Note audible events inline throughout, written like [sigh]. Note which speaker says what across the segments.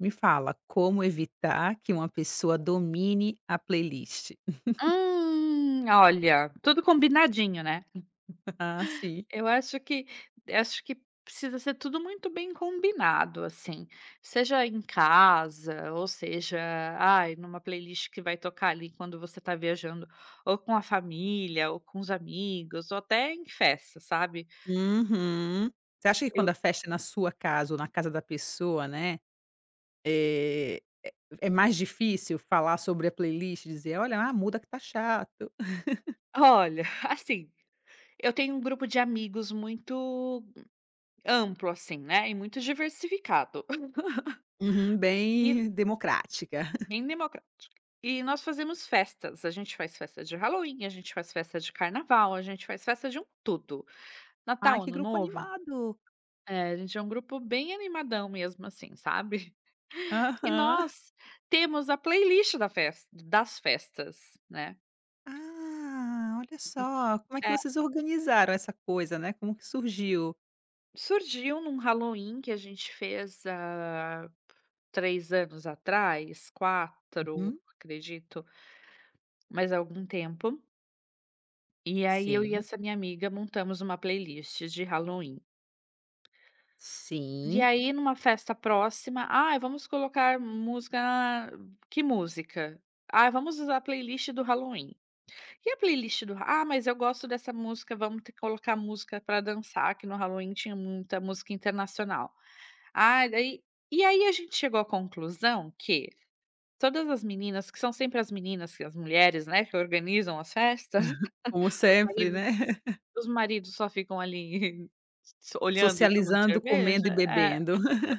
Speaker 1: Me fala, como evitar que uma pessoa domine a playlist?
Speaker 2: Olha, tudo combinadinho, né.
Speaker 1: Ah, sim.
Speaker 2: Eu acho que Acho que precisa ser tudo muito bem combinado, assim, seja em casa ou seja, ai, numa playlist que vai tocar ali quando você tá viajando, ou com a família, ou com os amigos, ou até em festa, sabe.
Speaker 1: Uhum. Você acha que
Speaker 2: Eu
Speaker 1: quando a festa é na sua casa ou na casa da pessoa, né, eh, é mais difícil falar sobre a playlist e dizer: "Olha, ah, muda que tá chato".
Speaker 2: Olha, [laughs] assim, eu tenho um grupo de amigos muito assim, né, e muito diversificado. [laughs]
Speaker 1: Uhum,
Speaker 2: E
Speaker 1: bem democrática. [laughs]
Speaker 2: Bem democrático. E nós fazemos festas, a gente faz festa de Halloween, a gente faz festa de carnaval, a gente faz festa de um tudo.
Speaker 1: "Ai,
Speaker 2: Natal,
Speaker 1: que
Speaker 2: Ano
Speaker 1: grupo
Speaker 2: Novo,
Speaker 1: animado".
Speaker 2: a gente é um grupo bem animadão mesmo assim, sabe. [laughs] E
Speaker 1: Aham.
Speaker 2: nós temos a playlist da fes das festas, né.
Speaker 1: "Ah, olha só, como é que
Speaker 2: Eh,
Speaker 1: vocês organizaram essa coisa, né, como que surgiu?".
Speaker 2: Surgiu num Halloween que a gente fez há 3 anos atrás, quatro,
Speaker 1: Uhum.
Speaker 2: acredito, mas há algum tempo. E aí eu e
Speaker 1: Sim,
Speaker 2: essa minha amiga montamos uma playlist de Halloween. E
Speaker 1: sim.
Speaker 2: aí numa festa próxima: "Ah, vamos colocar música." "Que música?" "Ah, vamos usar a playlist do Halloween." "E a playlist do" "Ah, mas eu gosto dessa música, vamos ter que colocar música para dançar", que no Halloween tinha muita música internacional. Ah, daí E aí a gente chegou à conclusão que todas as meninas, que são sempre as meninas que as mulheres, né, que organizam as festas,
Speaker 1: Como
Speaker 2: [laughs] os
Speaker 1: sempre,
Speaker 2: maridos
Speaker 1: né?
Speaker 2: os maridos só ficam ali [laughs] olhando e tomando
Speaker 1: Socializando, comendo e
Speaker 2: cerveja. É.
Speaker 1: bebendo. [laughs]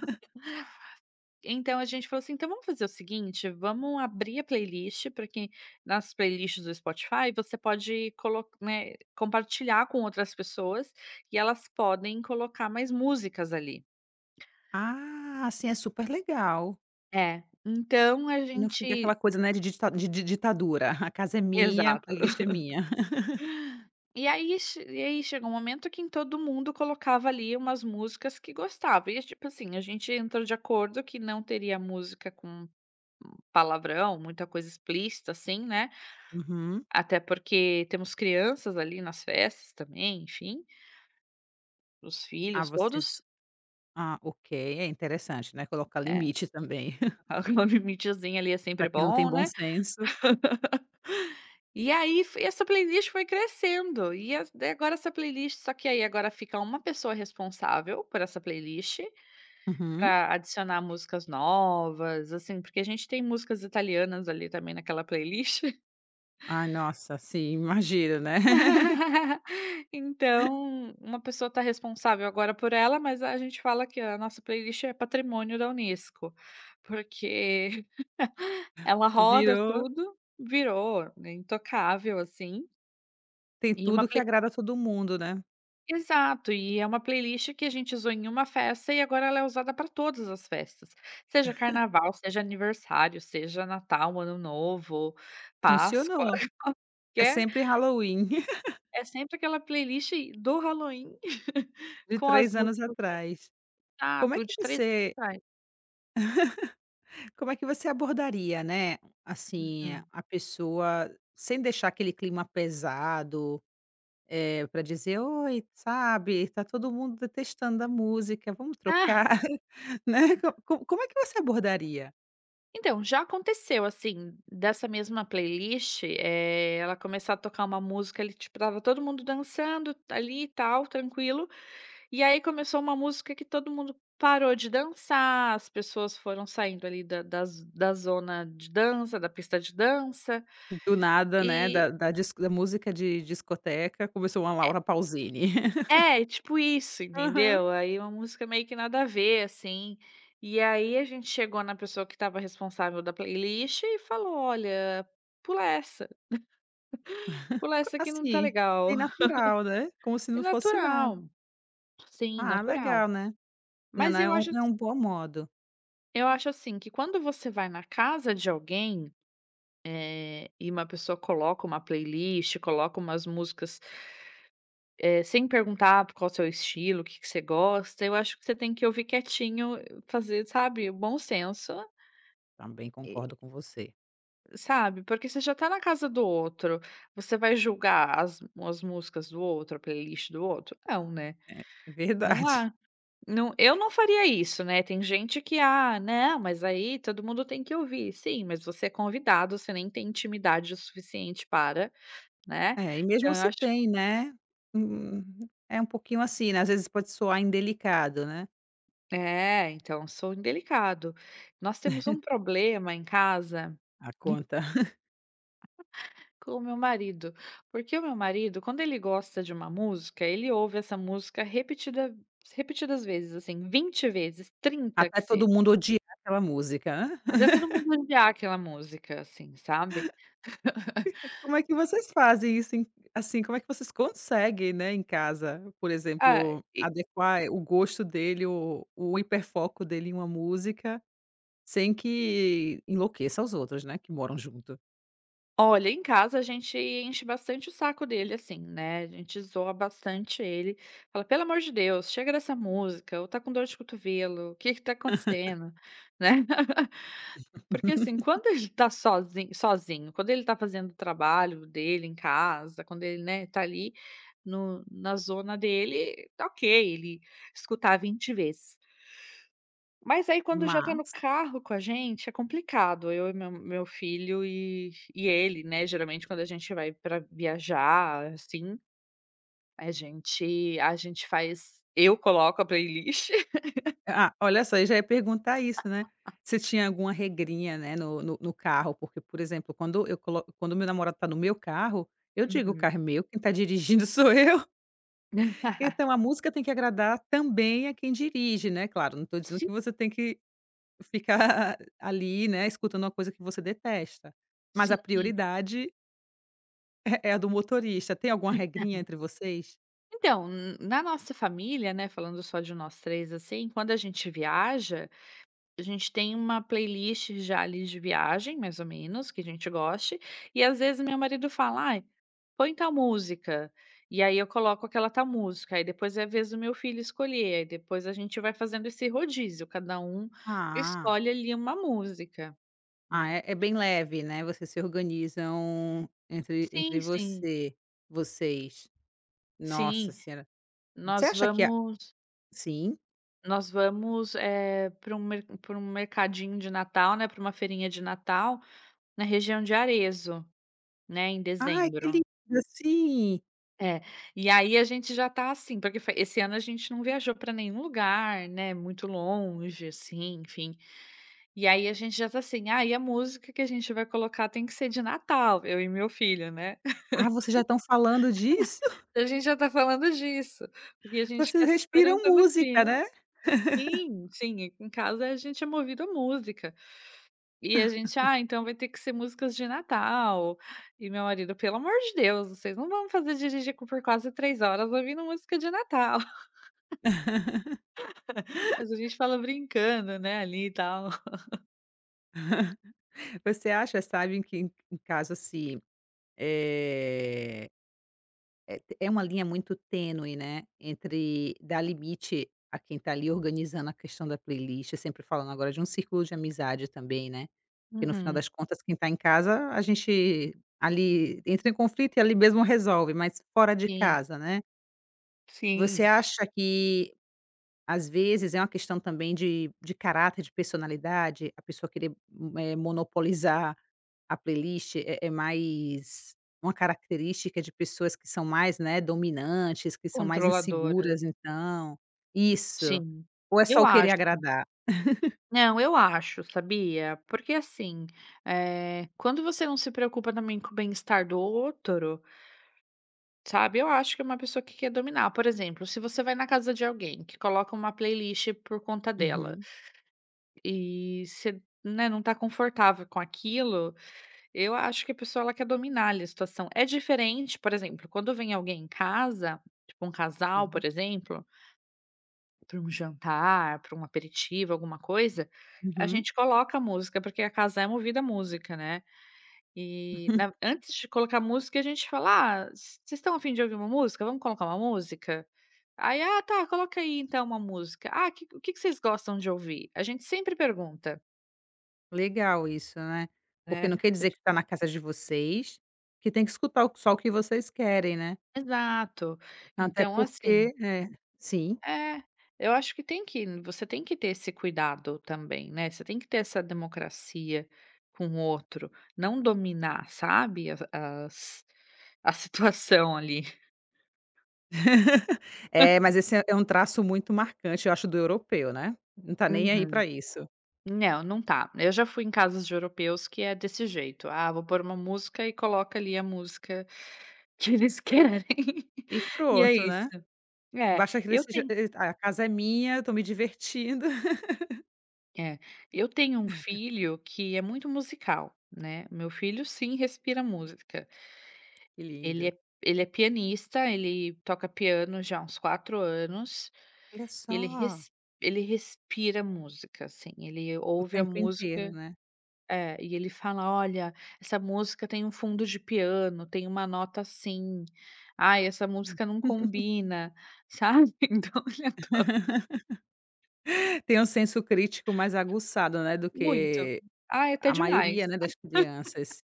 Speaker 2: Então a gente falou assim: "Então vamos fazer o seguinte, vamos abrir a playlist para quem nas playlists do Spotify você pode colo né, compartilhar com outras pessoas e elas podem colocar mais músicas ali."
Speaker 1: Ah, assim é super legal.
Speaker 2: É, então a
Speaker 1: Não fica
Speaker 2: gente
Speaker 1: aquela coisa, né, de ditadura, a casa é minha, a
Speaker 2: exato.
Speaker 1: playlist é minha. [laughs]
Speaker 2: E aí chegou um momento que em todo mundo colocava ali umas músicas que gostava e, tipo assim, a gente entrou de acordo que não teria música com palavrão, muita coisa explícita assim, né.
Speaker 1: Uhum.
Speaker 2: Até porque temos crianças ali nas festas também, enfim, os
Speaker 1: Ah,
Speaker 2: filhos
Speaker 1: vocês
Speaker 2: todos.
Speaker 1: Ah, ok, é interessante, né, colocar
Speaker 2: É,
Speaker 1: limite também, [laughs]
Speaker 2: [laughs] uma mimitizinha ali é
Speaker 1: pra
Speaker 2: sempre
Speaker 1: quem não tem
Speaker 2: bom,
Speaker 1: bom
Speaker 2: né.
Speaker 1: senso.
Speaker 2: E aí f Essa playlist foi crescendo e as daí agora essa playlist só que aí agora fica uma pessoa responsável por essa playlist,
Speaker 1: Uhum.
Speaker 2: para adicionar músicas novas, assim, porque a gente tem músicas italianas ali também naquela playlist.
Speaker 1: Ai, nossa, sim, imagino, né. [laughs]
Speaker 2: [laughs] Então, uma pessoa está responsável agora por ela, mas a gente fala que a nossa playlist é patrimônio da Unesco, porque [laughs] ela roda
Speaker 1: Virou
Speaker 2: tudo, virou né, intocável, assim,
Speaker 1: Tem
Speaker 2: e uma
Speaker 1: tudo que
Speaker 2: play
Speaker 1: agrada a todo mundo, né.
Speaker 2: exato, e é uma playlist que a gente usou em uma festa e agora ela é usada para todas as festas, seja carnaval, seja aniversário, seja Natal, Ano Novo, Páscoa,
Speaker 1: Funcionou,
Speaker 2: [laughs] que
Speaker 1: é
Speaker 2: é
Speaker 1: sempre Halloween, [laughs]
Speaker 2: É sempre aquela playlist do Halloween [laughs]
Speaker 1: de
Speaker 2: com as
Speaker 1: 3 anos
Speaker 2: músicas
Speaker 1: atrás.
Speaker 2: ah,
Speaker 1: Como é
Speaker 2: tô
Speaker 1: que
Speaker 2: de 3
Speaker 1: você
Speaker 2: atrás.
Speaker 1: Como é que você abordaria, né, assim,
Speaker 2: Uhum.
Speaker 1: a pessoa sem deixar aquele clima pesado, pra dizer: "Oi, sabe, tá todo mundo detestando a música, vamos
Speaker 2: Ah,
Speaker 1: trocar", [laughs] né. Co co como é que você abordaria?
Speaker 2: então, já aconteceu, assim, dessa mesma playlist, ela começar a tocar uma música ali, tipo, estava todo mundo dançando ali e tal, tranquilo, e aí começou uma música que todo mundo parou de dançar, as pessoas foram saindo ali da zona de dança, da pista de dança,
Speaker 1: Do nada, né,
Speaker 2: e
Speaker 1: da disco da música de discoteca começou uma Laura Pausini. [laughs]
Speaker 2: É, tipo isso,
Speaker 1: Aham.
Speaker 2: entendeu? Aí uma música meio que nada a ver, assim. E aí a gente chegou na pessoa que estava responsável da playlist e falou: "Olha, pula essa, pula
Speaker 1: Co
Speaker 2: essa que não tá
Speaker 1: assim,
Speaker 2: legal."
Speaker 1: bem
Speaker 2: [laughs]
Speaker 1: natural, né, como se
Speaker 2: É
Speaker 1: não fosse nada.
Speaker 2: natural, sim,
Speaker 1: Ah,
Speaker 2: natural.
Speaker 1: legal, né. Não,
Speaker 2: Mas
Speaker 1: não,
Speaker 2: eu acho
Speaker 1: é um bom modo.
Speaker 2: eu acho assim que quando você vai na casa de alguém, e uma pessoa coloca uma playlist, coloca umas músicas sem perguntar qual o seu estilo, o que que você gosta, eu acho que você tem que ouvir quietinho, fazer, sabe, o bom senso,
Speaker 1: Também
Speaker 2: e
Speaker 1: concordo com você.
Speaker 2: sabe, porque você já tá na casa do outro, você vai julgar as músicas do outro, a playlist do outro? Não, né.
Speaker 1: É,
Speaker 2: Não
Speaker 1: verdade.
Speaker 2: há não, eu não faria isso, né, tem gente que: "Ah, não, mas aí todo mundo tem que ouvir." Sim, mas você é convidado, você nem tem intimidade o suficiente para, né.
Speaker 1: É, e
Speaker 2: Então
Speaker 1: mesmo
Speaker 2: eu
Speaker 1: se
Speaker 2: acho
Speaker 1: tem, né, hum, é um pouquinho assim, né, às vezes pode soar indelicado, né,
Speaker 2: É, então, sou indelicado. Nós temos um problema em casa
Speaker 1: a conta. [laughs]
Speaker 2: com o meu marido, porque o meu marido, quando ele gosta de uma música, ele ouve essa música repetidas vezes, assim, 20 vezes, 30, que
Speaker 1: Até
Speaker 2: seja,
Speaker 1: todo mundo odiar aquela música, né.
Speaker 2: até
Speaker 1: [laughs]
Speaker 2: todo mundo odiar aquela música, assim, sabe. [laughs]
Speaker 1: Como é que vocês fazem isso em Assim, como é que vocês conseguem, né, em casa, por
Speaker 2: Ah
Speaker 1: exemplo, adequar o gosto dele, o hiperfoco dele em uma música, sem que enlouqueça os outros, né, que moram junto.
Speaker 2: Olha, em casa a gente enche bastante o saco dele, assim, né, a gente zoa bastante ele, fala: "Pelo amor de Deus, chega dessa música, ou tá com dor de cotovelo, o que que tá acontecendo?", né. [laughs] Porque, assim, quando ele tá sozinho, sozinho, quando ele tá fazendo o trabalho dele em casa, quando ele, né, tá ali no na zona dele, tá ok ele escutar 20 vezes. Mas aí quando já tá no
Speaker 1: Mas
Speaker 2: carro com a gente, é complicado, eu e meu filho e ele, né, geralmente quando a gente vai para viajar, assim, a gente faz eu coloco a playlist. [laughs]
Speaker 1: ah, olha só, eu já ia perguntar isso, né. Se tinha alguma regrinha, né, no carro, porque, por exemplo, quando eu colo quando meu namorado está no meu carro, eu digo: "O
Speaker 2: Uhum.
Speaker 1: carro é meu, quem está dirigindo [laughs] sou eu".
Speaker 2: [laughs]
Speaker 1: Então a música tem que agradar também a quem dirige, né, claro, não estou dizendo
Speaker 2: Sim,
Speaker 1: que você tem que ficar [laughs] ali, né, escutando uma coisa que você detesta, mas a
Speaker 2: sim.
Speaker 1: prioridade [laughs] é a do motorista. Tem alguma regrinha entre vocês?
Speaker 2: Então, na nossa família, né, falando só de nós 3 assim, quando a gente viaja a gente tem uma playlist já ali de viagem, mais ou menos, que a gente goste, e às vezes meu marido fala: "Ai, põe tal música", e aí eu coloco aquela tal música, aí depois é a vez do meu filho escolher, aí depois a gente vai fazendo esse rodízio, cada um
Speaker 1: Ah,
Speaker 2: escolhe ali uma música,
Speaker 1: ah,
Speaker 2: né.
Speaker 1: é bem leve, né, vocês se organizam entre
Speaker 2: Sim, sim,
Speaker 1: vocês. Nossa
Speaker 2: sim,
Speaker 1: senhora. Você
Speaker 2: nós
Speaker 1: acha que a
Speaker 2: vamos
Speaker 1: Sim?
Speaker 2: nós vamos, para um mer para um mercadinho de Natal, né, para uma feirinha de Natal, na região de Arezzo, né, em
Speaker 1: Ai, que
Speaker 2: dezembro.
Speaker 1: lindo, sim.
Speaker 2: É, e aí a gente já tá assim, porque foi esse ano a gente não viajou pra nenhum lugar, né, muito longe, assim, enfim. E aí a gente já tá assim: "Ah, e a música que a gente vai colocar tem que ser de Natal", eu e meu filho, né. [laughs]
Speaker 1: Ah, vocês já estão falando disso? [laughs]
Speaker 2: A gente já tá falando disso, porque a gente
Speaker 1: Vocês
Speaker 2: quer super
Speaker 1: respiram
Speaker 2: entrar no
Speaker 1: música,
Speaker 2: clima.
Speaker 1: né.
Speaker 2: Sim, sim, em casa a gente é movido a música. E a gente: "Ah, então vai ter que ser músicas de Natal", e meu marido: "Pelo amor de Deus, vocês não vão fazer dirigir co por quase 3 horas ouvindo música de Natal." Mas a gente fala brincando, né, ali e tal.
Speaker 1: Você acha, sabe, que em caso, assim, eh, é uma linha muito tênue, né, entre dar limite a quem tá ali organizando a questão da playlist, sempre falando agora de um círculo de amizade também, né. Porque no final
Speaker 2: Uhum.
Speaker 1: das contas quem está em casa, a gente ali entra em conflito e ali mesmo resolve, mas fora de
Speaker 2: Sim,
Speaker 1: casa, né. Você
Speaker 2: sim.
Speaker 1: acha que às vezes é uma questão também de caráter, de personalidade, a pessoa querer, monopolizar a playlist é mais uma característica de pessoas que são mais, né, dominantes, que são mais
Speaker 2: Controladoras,
Speaker 1: inseguras então? Isso.
Speaker 2: sim.
Speaker 1: Ou é só
Speaker 2: Eu
Speaker 1: o querer
Speaker 2: acho.
Speaker 1: agradar?
Speaker 2: Não, eu acho, sabia? Porque assim, quando você não se preocupa também com o bem-estar do outro, sabe, eu acho que é uma pessoa que quer dominar. Por exemplo, se você vai na casa de alguém que coloca uma playlist por conta dela
Speaker 1: Uhum,
Speaker 2: e você, né, não tá confortável com aquilo, eu acho que a pessoa ela quer dominar ali a situação. É diferente, por exemplo, quando vem alguém em casa, tipo um casal,
Speaker 1: sim.
Speaker 2: por exemplo, para um jantar, para um aperitivo, alguma coisa, a
Speaker 1: Uhum.
Speaker 2: gente coloca música, porque a casa é movida a música, né. E na Antes de colocar música, a gente fala: "Ah, vocês estão a fim de ouvir uma música? Vamos colocar uma música?" Aí: "Ah, tá, coloca aí então uma música. Ah, que o que que vocês gostam de ouvir?" A gente sempre pergunta,
Speaker 1: Legal isso, né.
Speaker 2: né.
Speaker 1: Porque
Speaker 2: A
Speaker 1: não quer dizer que
Speaker 2: gente-
Speaker 1: está na casa de vocês, que tem que escutar o só o que vocês querem, né.
Speaker 2: Exato.
Speaker 1: Até
Speaker 2: Então assim
Speaker 1: porque é, sim.
Speaker 2: É, eu acho que tem que você tem que ter esse cuidado também, né, você tem que ter essa democracia com o outro, não dominar, sabe, as as a situação ali.
Speaker 1: [laughs] É, mas esse é um traço muito marcante, eu acho, do europeu, né. Não tá nem aí
Speaker 2: Uhum.
Speaker 1: pra isso.
Speaker 2: Não, não tá. Eu já fui em casas de europeus que é desse jeito, "Ah, vou pôr uma música" e coloca ali a música [laughs] que eles querem,
Speaker 1: E
Speaker 2: [laughs] e é
Speaker 1: pronto,
Speaker 2: isso.
Speaker 1: né.
Speaker 2: É,
Speaker 1: Basta que ele
Speaker 2: eu
Speaker 1: seja
Speaker 2: tenho
Speaker 1: e "A casa é minha, eu tô me divertindo". [laughs]
Speaker 2: É, eu tenho um filho que é muito musical, né, meu filho sim respira música.
Speaker 1: Que lindo.
Speaker 2: Ele é pianista, ele toca piano já há uns 4 anos,
Speaker 1: Olha
Speaker 2: e ele
Speaker 1: só,
Speaker 2: res ele respira música, assim, ele
Speaker 1: o
Speaker 2: ouve a
Speaker 1: tempo inteiro,
Speaker 2: música
Speaker 1: né.
Speaker 2: é, e ele fala: "Olha, essa música tem um fundo de piano, tem uma nota assim. Ai, essa música não
Speaker 1: [laughs]
Speaker 2: combina", sabe. [laughs] Então ele adora
Speaker 1: Tem um senso crítico mais aguçado, né, do
Speaker 2: muito.
Speaker 1: que
Speaker 2: Ai, até
Speaker 1: a
Speaker 2: demais.
Speaker 1: maioria, né, das crianças.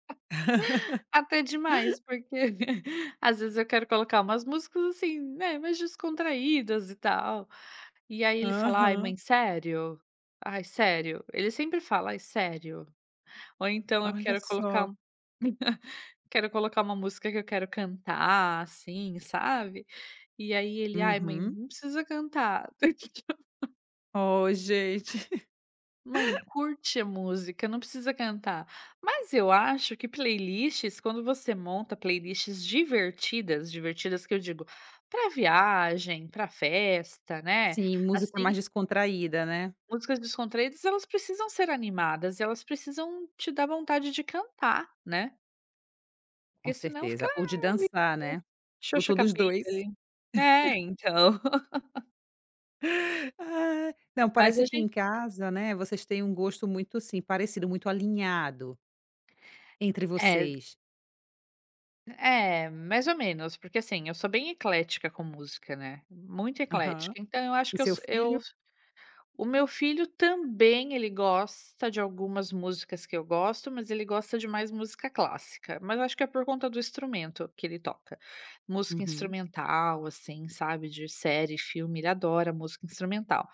Speaker 2: Até demais, porque [laughs] às vezes eu quero colocar umas músicas assim, né, mais descontraídas e tal. E aí ele fala: "Ai
Speaker 1: Aham.
Speaker 2: mãe, sério? Ai sério?" Ele sempre fala: "Ai sério?" Ou então eu
Speaker 1: Olha
Speaker 2: quero colocar
Speaker 1: só.
Speaker 2: [laughs] quero colocar uma música que eu quero cantar, assim, sabe. E aí ele: "Ai mãe,
Speaker 1: Uhum.
Speaker 2: não precisa cantar." [laughs]
Speaker 1: Oh, gente. [laughs]
Speaker 2: Mãe, curte a música, não precisa cantar. Mas eu acho que playlists, quando você monta playlists divertidas, divertidas que eu digo, para viagem, para festa, né,
Speaker 1: Sim, música
Speaker 2: assim,
Speaker 1: mais descontraída, né,
Speaker 2: músicas descontraídas, elas precisam ser animadas e elas precisam te dar vontade de cantar, né,
Speaker 1: com
Speaker 2: porque senão fica
Speaker 1: certeza. Ou de
Speaker 2: ali
Speaker 1: dançar, né,
Speaker 2: xoxa
Speaker 1: botou todos
Speaker 2: capenga
Speaker 1: 2.
Speaker 2: ali. É, então. [laughs]
Speaker 1: Ah. Não,
Speaker 2: Mas a
Speaker 1: parece que
Speaker 2: gente
Speaker 1: em casa, né, vocês têm um gosto muito, assim, parecido, muito alinhado entre
Speaker 2: é
Speaker 1: vocês.
Speaker 2: É, mais ou menos, porque assim, eu sou bem eclética com música, né, muito
Speaker 1: Aham.
Speaker 2: eclética, então eu acho
Speaker 1: E
Speaker 2: que eu
Speaker 1: seu
Speaker 2: s
Speaker 1: filho?
Speaker 2: eu o meu filho também, ele gosta de algumas músicas que eu gosto, mas ele gosta de mais música clássica, mas acho que é por conta do instrumento que ele toca. Música
Speaker 1: Uhum.
Speaker 2: instrumental, assim, sabe, de série, filme, ele adora música instrumental.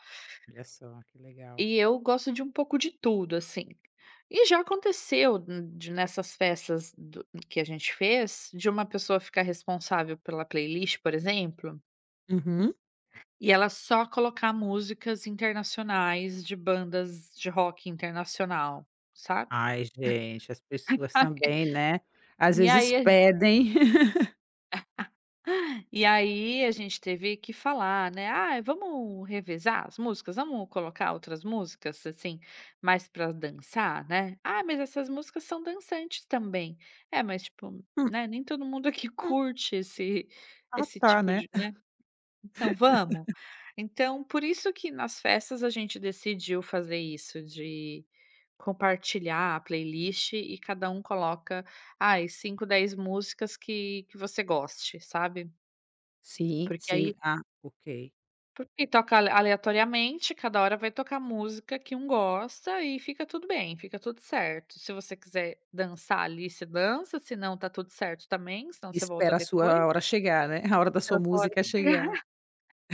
Speaker 1: Olha só, que legal.
Speaker 2: E eu gosto de um pouco de tudo, assim. E já aconteceu n de nessas festas do que a gente fez, de uma pessoa ficar responsável pela playlist, por exemplo,
Speaker 1: Uhum.
Speaker 2: e ela só colocar músicas internacionais de bandas de rock internacional, sabe.
Speaker 1: Ai, gente, as pessoas
Speaker 2: [laughs]
Speaker 1: também, né, às
Speaker 2: E
Speaker 1: vezes
Speaker 2: aí a
Speaker 1: pedem. [laughs]
Speaker 2: E aí a gente teve que falar, né: "Ah, vamos revezar as músicas? Vamos colocar outras músicas, assim, mais para dançar, né? Ah, mas essas músicas são dançantes também." É, mas tipo,
Speaker 1: Hum,
Speaker 2: né, nem todo mundo aqui [laughs]
Speaker 1: hum.
Speaker 2: curte esse
Speaker 1: Ah, tá,
Speaker 2: tipo
Speaker 1: né.
Speaker 2: de né, então vamos. Então, por isso que nas festas a gente decidiu fazer isso de compartilhar a playlist e cada um coloca, ai, 5, 10 músicas que você goste, sabe.
Speaker 1: Sim,
Speaker 2: Porque
Speaker 1: sim.
Speaker 2: aí
Speaker 1: Ah, ok.
Speaker 2: Porque toca aleatoriamente, cada hora vai tocar música que um gosta e fica tudo bem, fica tudo certo. Se você quiser dançar ali, você dança, se não tá tudo certo também, senão você volta
Speaker 1: Espera a
Speaker 2: depois,
Speaker 1: sua hora chegar, né, a hora da
Speaker 2: espera
Speaker 1: sua
Speaker 2: a sua hora
Speaker 1: música
Speaker 2: de chegar.
Speaker 1: chegar.
Speaker 2: [laughs]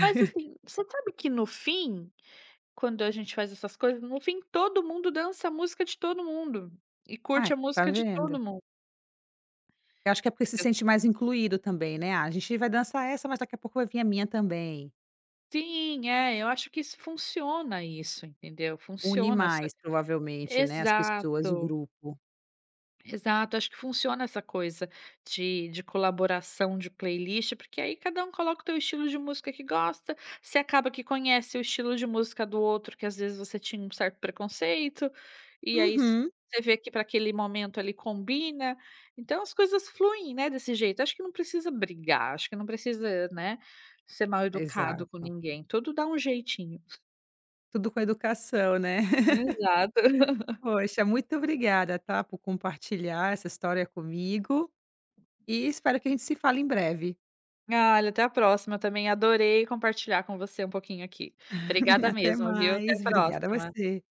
Speaker 2: Mas assim, você sabe que no fim, quando a gente faz essas coisas, no fim todo mundo dança a música de todo mundo, e curte
Speaker 1: Ai,
Speaker 2: a
Speaker 1: tá
Speaker 2: música de
Speaker 1: vendo?
Speaker 2: todo mundo.
Speaker 1: Eu acho que é porque se
Speaker 2: Eu-
Speaker 1: sente mais incluído também, né, "Ah, a gente vai dançar essa, mas daqui a pouco vai vir a minha também".
Speaker 2: Sim, é, eu acho que isso funciona isso, entendeu?
Speaker 1: Une
Speaker 2: Funciona
Speaker 1: mais
Speaker 2: essa
Speaker 1: provavelmente, né, as pessoas, o
Speaker 2: Exato.
Speaker 1: grupo.
Speaker 2: Exato, acho que funciona essa coisa de colaboração de playlist, porque aí cada um coloca o teu estilo de música que gosta, você acaba que conhece o estilo de música do outro, que às vezes você tinha um certo preconceito, e aí
Speaker 1: Uhum,
Speaker 2: você vê que para aquele momento ali combina. Então as coisas fluem, né, desse jeito. Acho que não precisa brigar, acho que não precisa, né, ser mal educado com
Speaker 1: exato.
Speaker 2: ninguém. Tudo dá um jeitinho.
Speaker 1: Tudo com educação, né. [laughs]
Speaker 2: Exato.
Speaker 1: Poxa, muito obrigada, tá, por compartilhar essa história comigo, e espero que a gente se fale em breve.
Speaker 2: Ah, olha, até a próxima. Eu também, adorei compartilhar com você um pouquinho aqui. Obrigada
Speaker 1: [laughs] Até
Speaker 2: mesmo, viu? Até a
Speaker 1: mais, obrigada a
Speaker 2: próxima.
Speaker 1: você.